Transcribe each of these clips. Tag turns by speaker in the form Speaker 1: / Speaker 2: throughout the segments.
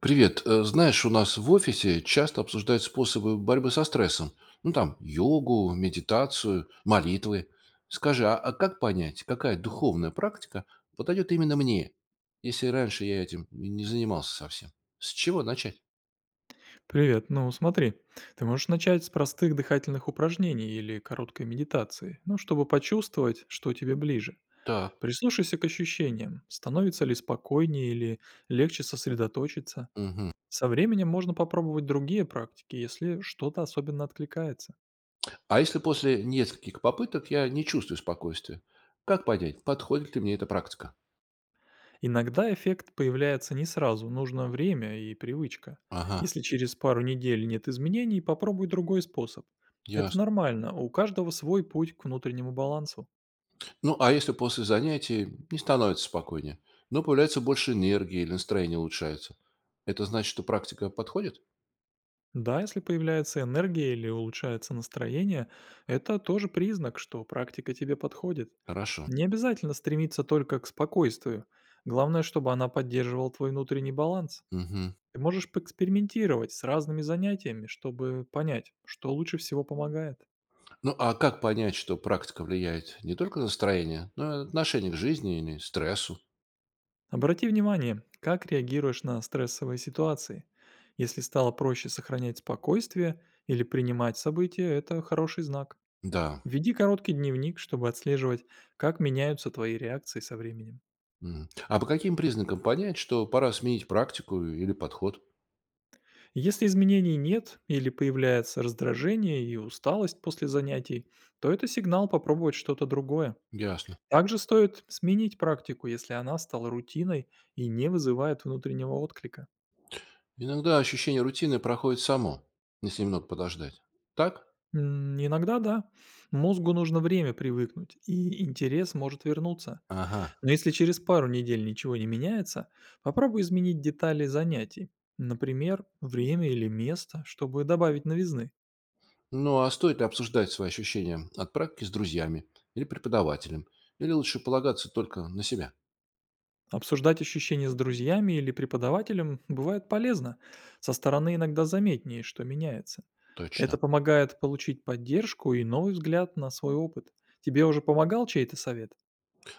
Speaker 1: Привет. Знаешь, у нас в офисе часто обсуждают способы борьбы со стрессом. Ну там, йогу, медитацию, молитвы. Скажи, а как понять, какая духовная практика подойдет именно мне, если раньше я этим и не занимался совсем? С чего начать?
Speaker 2: Привет. Ну, смотри, ты можешь начать с простых дыхательных упражнений или короткой медитации, ну, чтобы почувствовать, что тебе ближе.
Speaker 1: Так.
Speaker 2: Прислушайся к ощущениям, становится ли спокойнее или легче сосредоточиться.
Speaker 1: Мгм.
Speaker 2: Со временем можно попробовать другие практики, если что-то особенно откликается.
Speaker 1: А если после нескольких попыток я не чувствую спокойствия? Как понять, подходит ли мне эта практика?
Speaker 2: Иногда эффект появляется не сразу, нужно время и привычка.
Speaker 1: Ага,
Speaker 2: Если через пару недель нет изменений, попробуй другой способ. Это
Speaker 1: ясно.
Speaker 2: нормально, у каждого свой путь к внутреннему балансу.
Speaker 1: Ну, а если после занятий не становится спокойнее, но появляется больше энергии или настроение улучшается, это значит, что практика подходит?
Speaker 2: Да, если появляется энергия или улучшается настроение, это тоже признак, что практика тебе подходит.
Speaker 1: Хорошо.
Speaker 2: Не обязательно стремиться только к спокойствию. Главное, чтобы она поддерживала твой внутренний баланс.
Speaker 1: Мгм.
Speaker 2: Ты можешь поэкспериментировать с разными занятиями, чтобы понять, что лучше всего помогает.
Speaker 1: Ну, а как понять, что практика влияет не только на настроение, но и отношение к жизни или стрессу?
Speaker 2: Обрати внимание, как реагируешь на стрессовые ситуации. Если стало проще сохранять спокойствие или принимать события, это хороший знак.
Speaker 1: Да.
Speaker 2: Веди короткий дневник, чтобы отслеживать, как меняются твои реакции со временем.
Speaker 1: М. А по каким признакам понять, что пора сменить практику или подход?
Speaker 2: Если изменений нет или появляется раздражение и усталость после занятий, то это сигнал попробовать что-то другое.
Speaker 1: Ясно.
Speaker 2: Также стоит сменить практику, если она стала рутиной и не вызывает внутреннего отклика.
Speaker 1: Иногда ощущение рутины проходит само, если немного подождать. Так?
Speaker 2: Иногда да, мозгу нужно время привыкнуть, и интерес может вернуться.
Speaker 1: Ага.
Speaker 2: Но если через пару недель ничего не меняется, попробуй изменить детали занятий, например, время или место, чтобы добавить новизны.
Speaker 1: Ну, а стоит ли обсуждать свои ощущения от практики с друзьями или преподавателем? Или лучше полагаться только на себя?
Speaker 2: Обсуждать ощущения с друзьями или преподавателем бывает полезно. Со стороны иногда заметнее, что меняется.
Speaker 1: Точно.
Speaker 2: Это помогает получить поддержку и новый взгляд на свой опыт. Тебе уже помогал чей-то совет?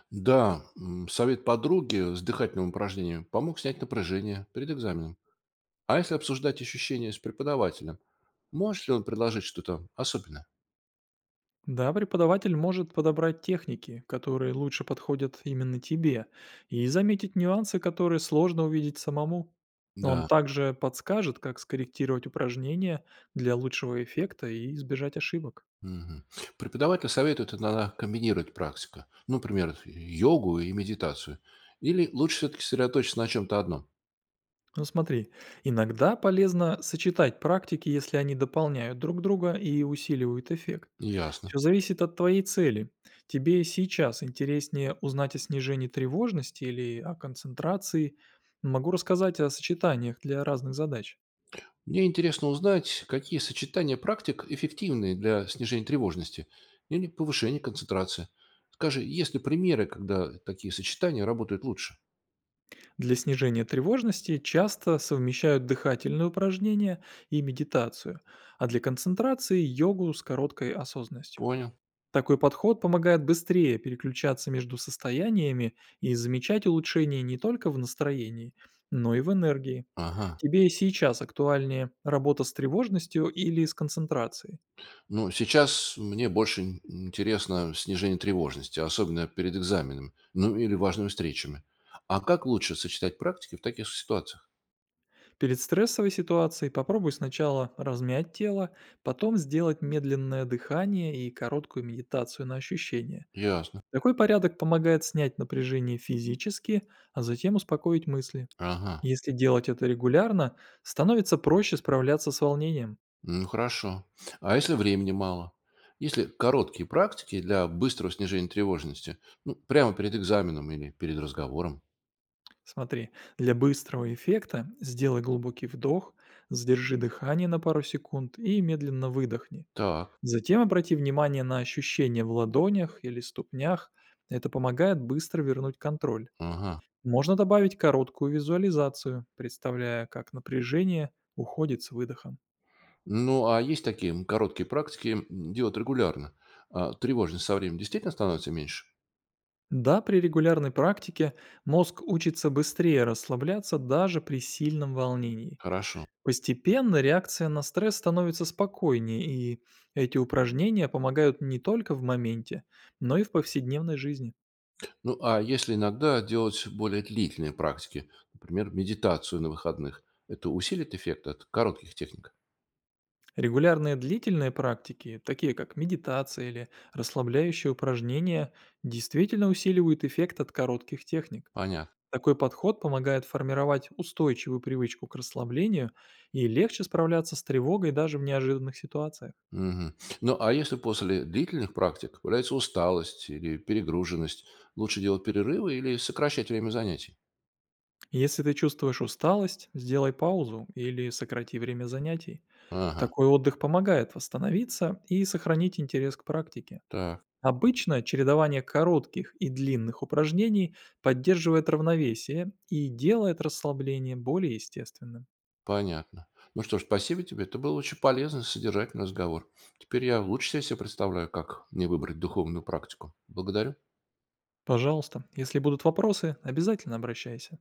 Speaker 1: Да, совет подруги с дыхательным упражнением помог снять напряжение перед экзаменом. А если обсуждать ощущения с преподавателем, может ли он предложить что-то особенное?
Speaker 2: Да, преподаватель может подобрать техники, которые лучше подходят именно тебе, и заметить нюансы, которые сложно увидеть самому. Он
Speaker 1: Да.
Speaker 2: также подскажет, как скорректировать упражнения для лучшего эффекта и избежать ошибок.
Speaker 1: Мгм. Преподаватель советует иногда комбинировать практику. Ну, например, йогу и медитацию. Или лучше все-таки сосредоточиться на чем-то одном?
Speaker 2: Ну смотри, иногда полезно сочетать практики, если они дополняют друг друга и усиливают эффект.
Speaker 1: Ясно.
Speaker 2: Все зависит от твоей цели. Тебе сейчас интереснее узнать о снижении тревожности или о концентрации. Могу рассказать о сочетаниях для разных задач.
Speaker 1: Мне интересно узнать, какие сочетания практик эффективны для снижения тревожности или повышения концентрации. Скажи, есть ли примеры, когда такие сочетания работают лучше?
Speaker 2: Для снижения тревожности часто совмещают дыхательные упражнения и медитацию, а для концентрации – йогу с короткой осознанностью.
Speaker 1: Понял.
Speaker 2: Такой подход помогает быстрее переключаться между состояниями и замечать улучшения не только в настроении, но и в энергии.
Speaker 1: Ага.
Speaker 2: Тебе и сейчас актуальнее работа с тревожностью или с концентрацией?
Speaker 1: Ну, сейчас мне больше интересно снижение тревожности, особенно перед экзаменами, ну или важными встречами. А как лучше сочетать практики в таких ситуациях?
Speaker 2: Перед стрессовой ситуацией попробуй сначала размять тело, потом сделать медленное дыхание и короткую медитацию на ощущения.
Speaker 1: Ясно.
Speaker 2: Такой порядок помогает снять напряжение физически, а затем успокоить мысли.
Speaker 1: Ага.
Speaker 2: Если делать это регулярно, становится проще справляться с волнением.
Speaker 1: Ну, хорошо. А если времени мало? Если короткие практики для быстрого снижения тревожности? Ну, прямо перед экзаменом или перед разговором?
Speaker 2: Смотри, для быстрого эффекта сделай глубокий вдох, задержи дыхание на пару секунд и медленно выдохни.
Speaker 1: Так,
Speaker 2: Затем обрати внимание на ощущения в ладонях или ступнях. Это помогает быстро вернуть контроль.
Speaker 1: ага.
Speaker 2: Можно добавить короткую визуализацию, представляя, как напряжение уходит с выдохом.
Speaker 1: Ну, а есть такие короткие практики делать регулярно? А тревожность со временем действительно становится меньше?
Speaker 2: Да, при регулярной практике мозг учится быстрее расслабляться даже при сильном волнении.
Speaker 1: Хорошо.
Speaker 2: Постепенно реакция на стресс становится спокойнее, и эти упражнения помогают не только в моменте, но и в повседневной жизни.
Speaker 1: Ну, а если иногда делать более длительные практики, например, медитацию на выходных, это усилит эффект от коротких техник?
Speaker 2: Регулярные длительные практики, такие как медитация или расслабляющие упражнения, действительно усиливают эффект от коротких техник.
Speaker 1: Понятно.
Speaker 2: Такой подход помогает формировать устойчивую привычку к расслаблению и легче справляться с тревогой даже в неожиданных ситуациях.
Speaker 1: Мгм. Ну, а если после длительных практик появляется усталость или перегруженность, лучше делать перерывы или сокращать время занятий?
Speaker 2: Если ты чувствуешь усталость, сделай паузу или сократи время занятий.
Speaker 1: Ага,
Speaker 2: Такой отдых помогает восстановиться и сохранить интерес к практике.
Speaker 1: так,
Speaker 2: Обычно чередование коротких и длинных упражнений поддерживает равновесие и делает расслабление более естественным.
Speaker 1: понятно. Ну что ж, спасибо тебе. Это был очень полезный, содержательный разговор. Теперь я лучше себе представляю, как мне выбрать духовную практику. Благодарю.
Speaker 2: Пожалуйста, если будут вопросы, обязательно обращайся.